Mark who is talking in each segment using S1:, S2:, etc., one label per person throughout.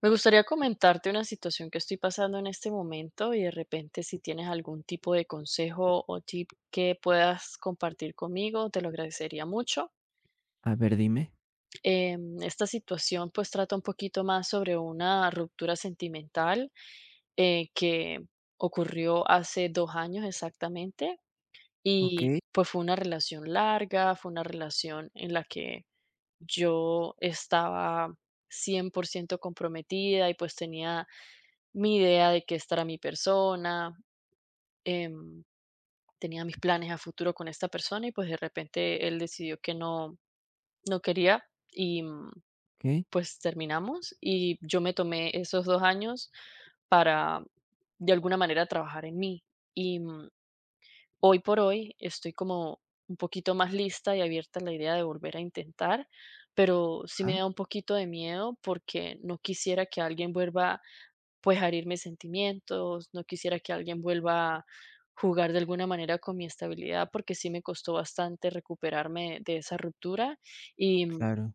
S1: Me gustaría comentarte una situación que estoy pasando en este momento y de repente si tienes algún tipo de consejo o tip que puedas compartir conmigo, te lo agradecería mucho.
S2: A ver, dime.
S1: Esta situación pues trata un poquito más sobre una ruptura sentimental que ocurrió hace 2 años exactamente. Y
S2: Okey.
S1: pues fue una relación larga, fue una relación en la que yo estaba 100% comprometida y pues tenía mi idea de que esta era mi persona. em, Tenía mis planes a futuro con esta persona y pues de repente él decidió que no, no quería. Y
S2: Okey.
S1: pues terminamos y yo me tomé esos 2 años para, de alguna manera, trabajar en mí. Y hoy por hoy estoy como un poquito más lista y abierta a la idea de volver a intentar, pero sí me
S2: Ah,
S1: da un poquito de miedo porque no quisiera que alguien vuelva pues a herir mis sentimientos, no quisiera que alguien vuelva a jugar de alguna manera con mi estabilidad, porque sí me costó bastante recuperarme de esa ruptura,
S2: claro.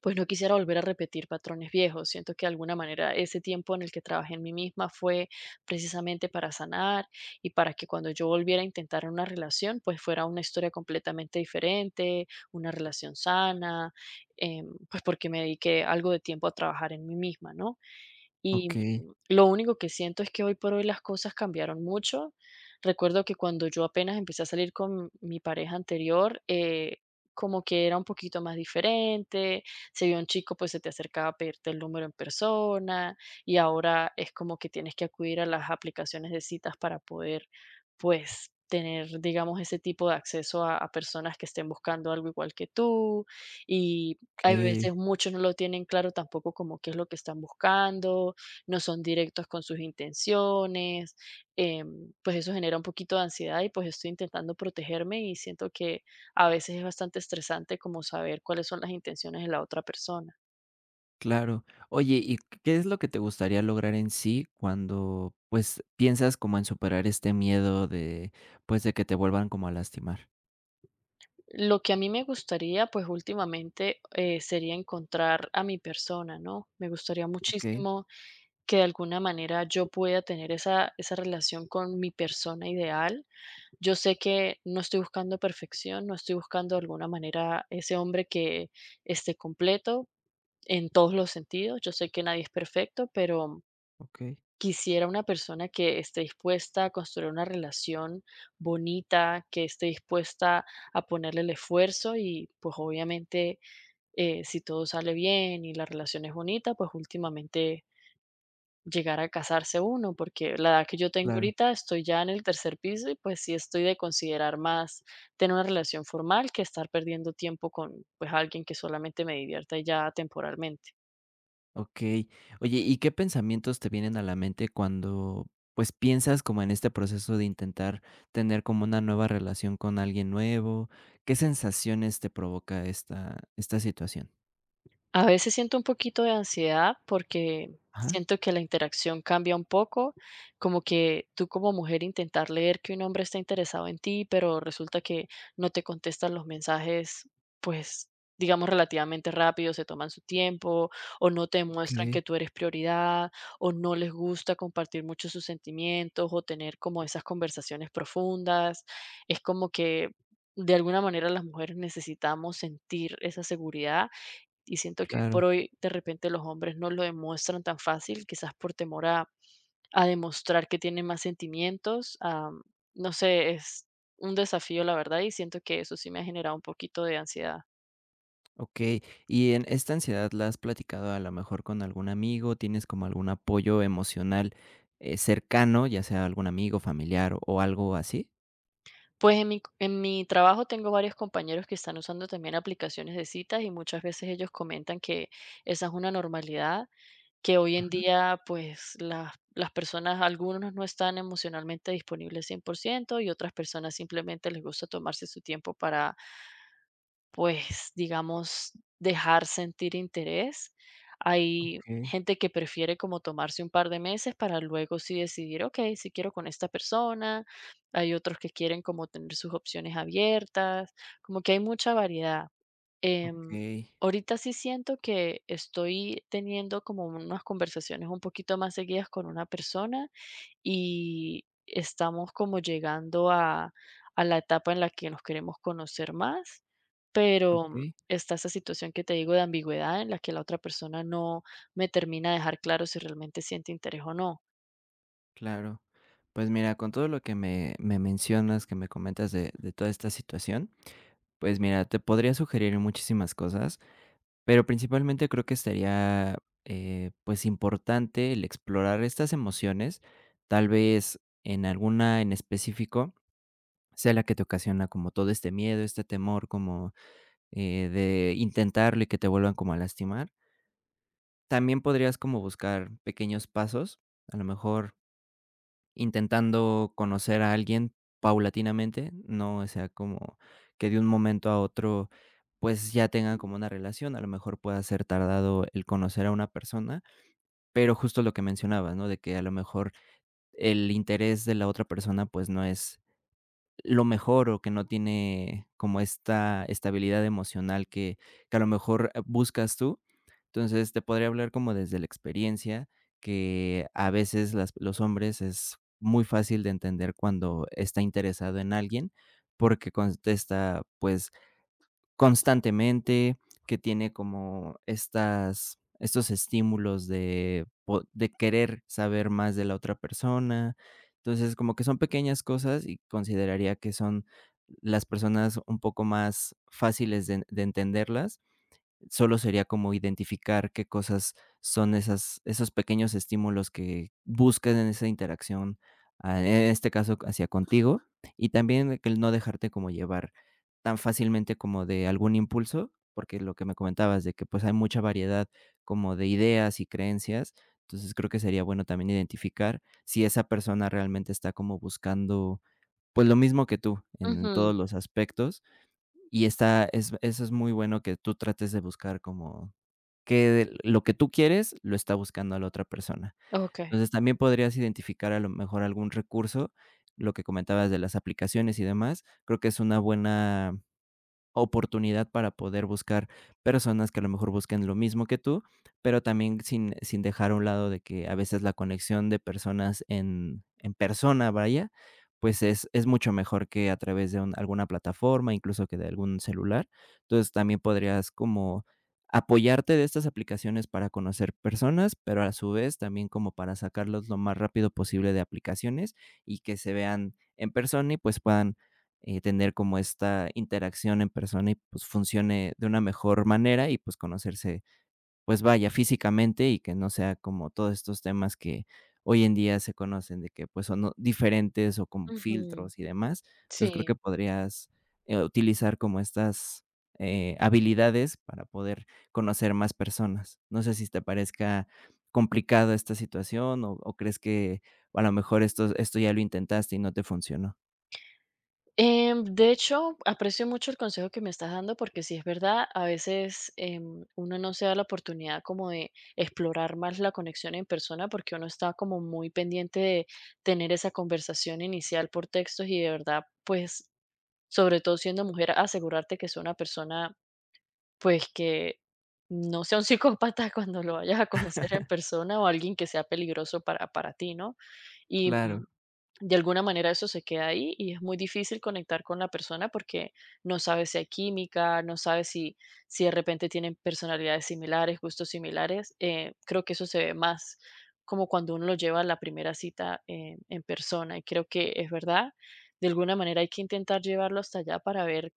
S1: pues no quisiera volver a repetir patrones viejos. Siento que de alguna manera ese tiempo en el que trabajé en mí misma fue precisamente para sanar y para que cuando yo volviera a intentar una relación, pues fuera una historia completamente diferente, una relación sana, pues porque me dediqué algo de tiempo a trabajar en mí misma, ¿no? Y
S2: Okey,
S1: lo único que siento es que hoy por hoy las cosas cambiaron mucho. Recuerdo que cuando yo apenas empecé a salir con mi pareja anterior, como que era un poquito más diferente: si había un chico, pues se te acercaba a pedirte el número en persona, y ahora es como que tienes que acudir a las aplicaciones de citas para poder, pues, tener, digamos, ese tipo de acceso a personas que estén buscando algo igual que tú, y hay
S2: okey,
S1: veces muchos no lo tienen claro tampoco, como qué es lo que están buscando, no son directos con sus intenciones. Pues eso genera un poquito de ansiedad y pues estoy intentando protegerme, y siento que a veces es bastante estresante como saber cuáles son las intenciones de la otra persona.
S2: claro. Oye, ¿y qué es lo que te gustaría lograr en sí cuando, pues, piensas como en superar este miedo de, pues, de que te vuelvan como a lastimar?
S1: Lo que a mí me gustaría, pues últimamente, sería encontrar a mi persona, ¿no? Me gustaría
S2: Okey,
S1: muchísimo que de alguna manera yo pueda tener esa relación con mi persona ideal. Yo sé que no estoy buscando perfección, no estoy buscando de alguna manera ese hombre que esté completo en todos los sentidos. Yo sé que nadie es perfecto, pero
S2: okey,
S1: quisiera una persona que esté dispuesta a construir una relación bonita, que esté dispuesta a ponerle el esfuerzo, y pues obviamente, si todo sale bien y la relación es bonita, pues últimamente llegar a casarse uno, porque la edad que yo tengo
S2: claro.
S1: ahorita, estoy ya en el tercer piso y pues sí estoy de considerar más tener una relación formal que estar perdiendo tiempo con pues alguien que solamente me divierta y ya, temporalmente.
S2: Okey. Oye, ¿y qué pensamientos te vienen a la mente cuando, pues, piensas como en este proceso de intentar tener como una nueva relación con alguien nuevo? ¿Qué sensaciones te provoca esta situación?
S1: A veces siento un poquito de ansiedad porque
S2: Ajá.
S1: siento que la interacción cambia un poco. Como que tú, como mujer, intentar leer que un hombre está interesado en ti, pero resulta que no te contestan los mensajes, pues, digamos, relativamente rápido, se toman su tiempo, o no te muestran
S2: Okey.
S1: que tú eres prioridad, o no les gusta compartir mucho sus sentimientos o tener como esas conversaciones profundas. Es como que de alguna manera las mujeres necesitamos sentir esa seguridad, y siento que hoy
S2: Claro,
S1: por hoy, de repente, los hombres no lo demuestran tan fácil, quizás por temor a demostrar que tienen más sentimientos. No sé, es un desafío, la verdad, y siento que eso sí me ha generado un poquito de ansiedad.
S2: okey. Y en esta ansiedad, ¿la has platicado a lo mejor con algún amigo? ¿Tienes como algún apoyo emocional, cercano, ya sea algún amigo, familiar o algo así?
S1: Pues, en mi trabajo tengo varios compañeros que están usando también aplicaciones de citas, y muchas veces ellos comentan que esa es una normalidad, que hoy en día, pues, las personas, algunos no están emocionalmente disponibles 100%, y otras personas simplemente les gusta tomarse su tiempo para, pues, digamos, dejar sentir interés. Hay
S2: Okay,
S1: gente que prefiere como tomarse un par de meses para luego sí decidir, ok, si quiero con esta persona. Hay otros que quieren como tener sus opciones abiertas, como que hay mucha variedad. Em,
S2: okay,
S1: Ahorita sí siento que estoy teniendo como unas conversaciones un poquito más seguidas con una persona, y estamos como llegando a la etapa en la que nos queremos conocer más, pero
S2: okay.
S1: está esa situación que te digo de ambigüedad, en la que la otra persona no me termina de dejar claro si realmente siente interés o no.
S2: Claro. Pues mira, con todo lo que me mencionas, que me comentas de toda esta situación, pues mira, te podría sugerir muchísimas cosas, pero principalmente creo que estaría, pues importante el explorar estas emociones, tal vez en alguna en específico sea la que te ocasiona como todo este miedo, este temor como, de intentarlo y que te vuelvan como a lastimar. También podrías como buscar pequeños pasos, a lo mejor intentando conocer a alguien paulatinamente, no o sea como que de un momento a otro, pues, ya tengan como una relación, a lo mejor pueda ser tardado el conocer a una persona, pero justo lo que mencionabas, ¿no? De que a lo mejor el interés de la otra persona, pues, no es lo mejor, o que no tiene como esta estabilidad emocional que a lo mejor, buscas tú. Entonces, te podría hablar como desde la experiencia, que a veces las los hombres es muy fácil de entender cuando está interesado en alguien, porque contesta, pues, constantemente, que tiene como estas estos estímulos de querer saber más de la otra persona. Entonces, como que son pequeñas cosas y consideraría que son las personas un poco más fáciles de entenderlas. Solo sería como identificar qué cosas son esas esos pequeños estímulos que buscas en esa interacción, en este caso hacia contigo, y también el no dejarte como llevar tan fácilmente como de algún impulso, porque lo que me comentabas de que, pues, hay mucha variedad como de ideas y creencias. Entonces, creo que sería bueno también identificar si esa persona realmente está como buscando, pues, lo mismo que tú en
S1: Ujú.
S2: todos los aspectos y está es eso es muy bueno que tú trates de buscar como que lo que tú quieres lo está buscando la otra persona.
S1: Ok.
S2: Entonces, también podrías identificar a lo mejor algún recurso, lo que comentabas de las aplicaciones y demás, creo que es una buena oportunidad para poder buscar personas que a lo mejor busquen lo mismo que tú, pero también sin dejar a un lado de que a veces la conexión de personas en persona, vaya, pues es mucho mejor que a través de un alguna plataforma, incluso que de algún celular. Entonces, también podrías como apoyarte de estas aplicaciones para conocer personas, pero a su vez también como para sacarlos lo más rápido posible de aplicaciones y que se vean en persona y, pues, puedan tener como esta interacción en persona y pues funcione de una mejor manera y pues conocerse, pues vaya, físicamente y que no sea como todos estos temas que hoy en día se conocen de que pues son diferentes o como
S1: Ujú.
S2: filtros y demás. Entonces creo
S1: Sí.
S2: que podrías utilizar como estas habilidades para poder conocer más personas. No sé si te parezca complicado esta situación o crees que a lo mejor esto ya lo intentaste y no te funcionó.
S1: De hecho, aprecio mucho el consejo que me estás dando, porque sí es verdad, a veces uno no se da la oportunidad como de explorar más la conexión en persona, porque uno está como muy pendiente de tener esa conversación inicial por textos, y de verdad, pues, sobre todo siendo mujer, asegurarte que sea una persona, pues, que no sea un psicópata cuando lo vayas a conocer en persona, o alguien que sea peligroso para ti, ¿no? Y,
S2: Claro,
S1: de alguna manera eso se queda ahí y es muy difícil conectar con la persona, porque no sabes si hay química, no sabes si de repente tienen personalidades similares, gustos similares. Creo que eso se ve más como cuando uno lo lleva a la primera cita, en persona, y creo que es verdad. De alguna manera hay que intentar llevarlo hasta allá para ver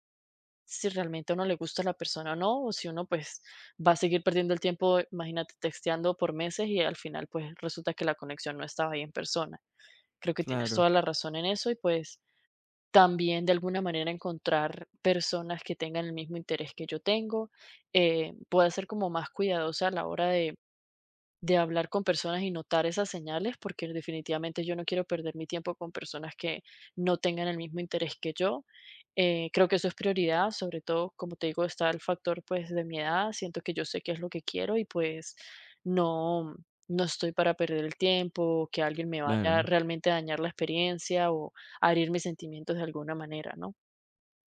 S1: si realmente a uno le gusta la persona o no, o si uno pues va a seguir perdiendo el tiempo, imagínate, texteando por meses, y al final pues resulta que la conexión no estaba ahí en persona. Creo que tienes
S2: claro.
S1: toda la razón en eso, y pues también de alguna manera encontrar personas que tengan el mismo interés que yo tengo. Pueda ser como más cuidadosa a la hora de hablar con personas y notar esas señales, porque definitivamente yo no quiero perder mi tiempo con personas que no tengan el mismo interés que yo. Creo que eso es prioridad. Sobre todo, como te digo, está el factor pues de mi edad, siento que yo sé qué es lo que quiero, y pues no, no estoy para perder el tiempo, que alguien me vaya
S2: Claro,
S1: realmente a dañar la experiencia o a herir mis sentimientos de alguna manera, ¿no?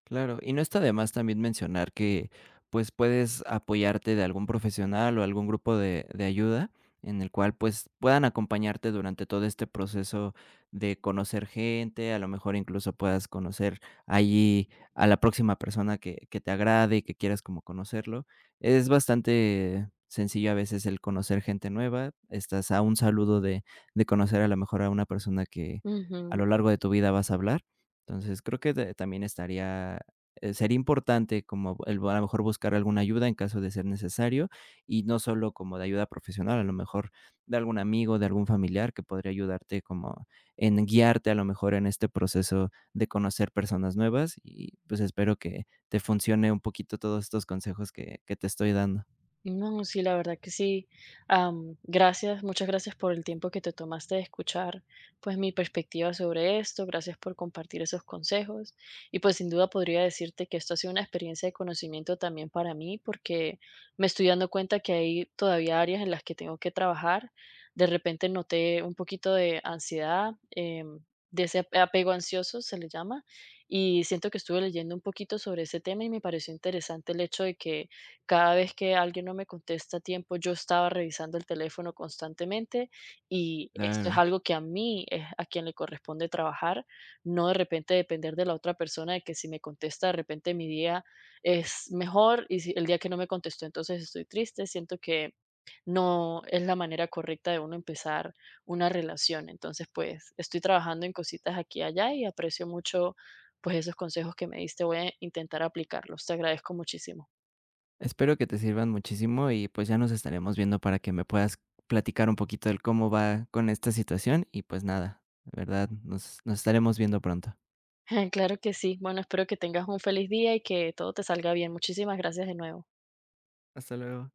S2: claro. Y no está de más también mencionar que, pues, puedes apoyarte de algún profesional o algún grupo de ayuda en el cual, pues, puedan acompañarte durante todo este proceso de conocer gente, a lo mejor incluso puedas conocer allí a la próxima persona que te agrade y que quieras como conocerlo. Es bastante sencillo a veces el conocer gente nueva, estás a un saludo de conocer a lo mejor a una persona que a
S1: Ujú.
S2: lo largo de tu vida vas a hablar. Entonces, creo que de también estaría sería importante como el a lo mejor buscar alguna ayuda en caso de ser necesario, y no solo como de ayuda profesional, a lo mejor de algún amigo, de algún familiar que podría ayudarte como en guiarte, a lo mejor, en este proceso de conocer personas nuevas, y, pues, espero que te funcione un poquito todos estos consejos que te estoy dando.
S1: No, sí, la verdad que sí. Gracias, muchas gracias por el tiempo que te tomaste de escuchar, pues, mi perspectiva sobre esto. Gracias por compartir esos consejos. Y pues sin duda podría decirte que esto ha sido una experiencia de conocimiento también para mí, porque me estoy dando cuenta que hay todavía áreas en las que tengo que trabajar. De repente noté un poquito de ansiedad, de ese apego ansioso se le llama, y siento que estuve leyendo un poquito sobre ese tema y me pareció interesante el hecho de que cada vez que alguien no me contesta a tiempo, yo estaba revisando el teléfono constantemente, y esto es
S2: Claro.
S1: algo que a mí es a quien le corresponde trabajar, no de repente depender de la otra persona de que, si me contesta, de repente mi día es mejor, y si el día que no me contestó, entonces estoy triste. Siento que no es la manera correcta de uno empezar una relación. Entonces, pues, estoy trabajando en cositas aquí y allá, y aprecio mucho pues esos consejos que me diste. Voy a intentar aplicarlos. Te agradezco muchísimo.
S2: Espero que te sirvan muchísimo y pues ya nos estaremos viendo para que me puedas platicar un poquito del cómo va con esta situación y pues nada, de verdad, nos estaremos viendo pronto.
S1: Claro que sí. Bueno, espero que tengas un feliz día y que todo te salga bien. Muchísimas gracias de nuevo.
S2: Hasta luego.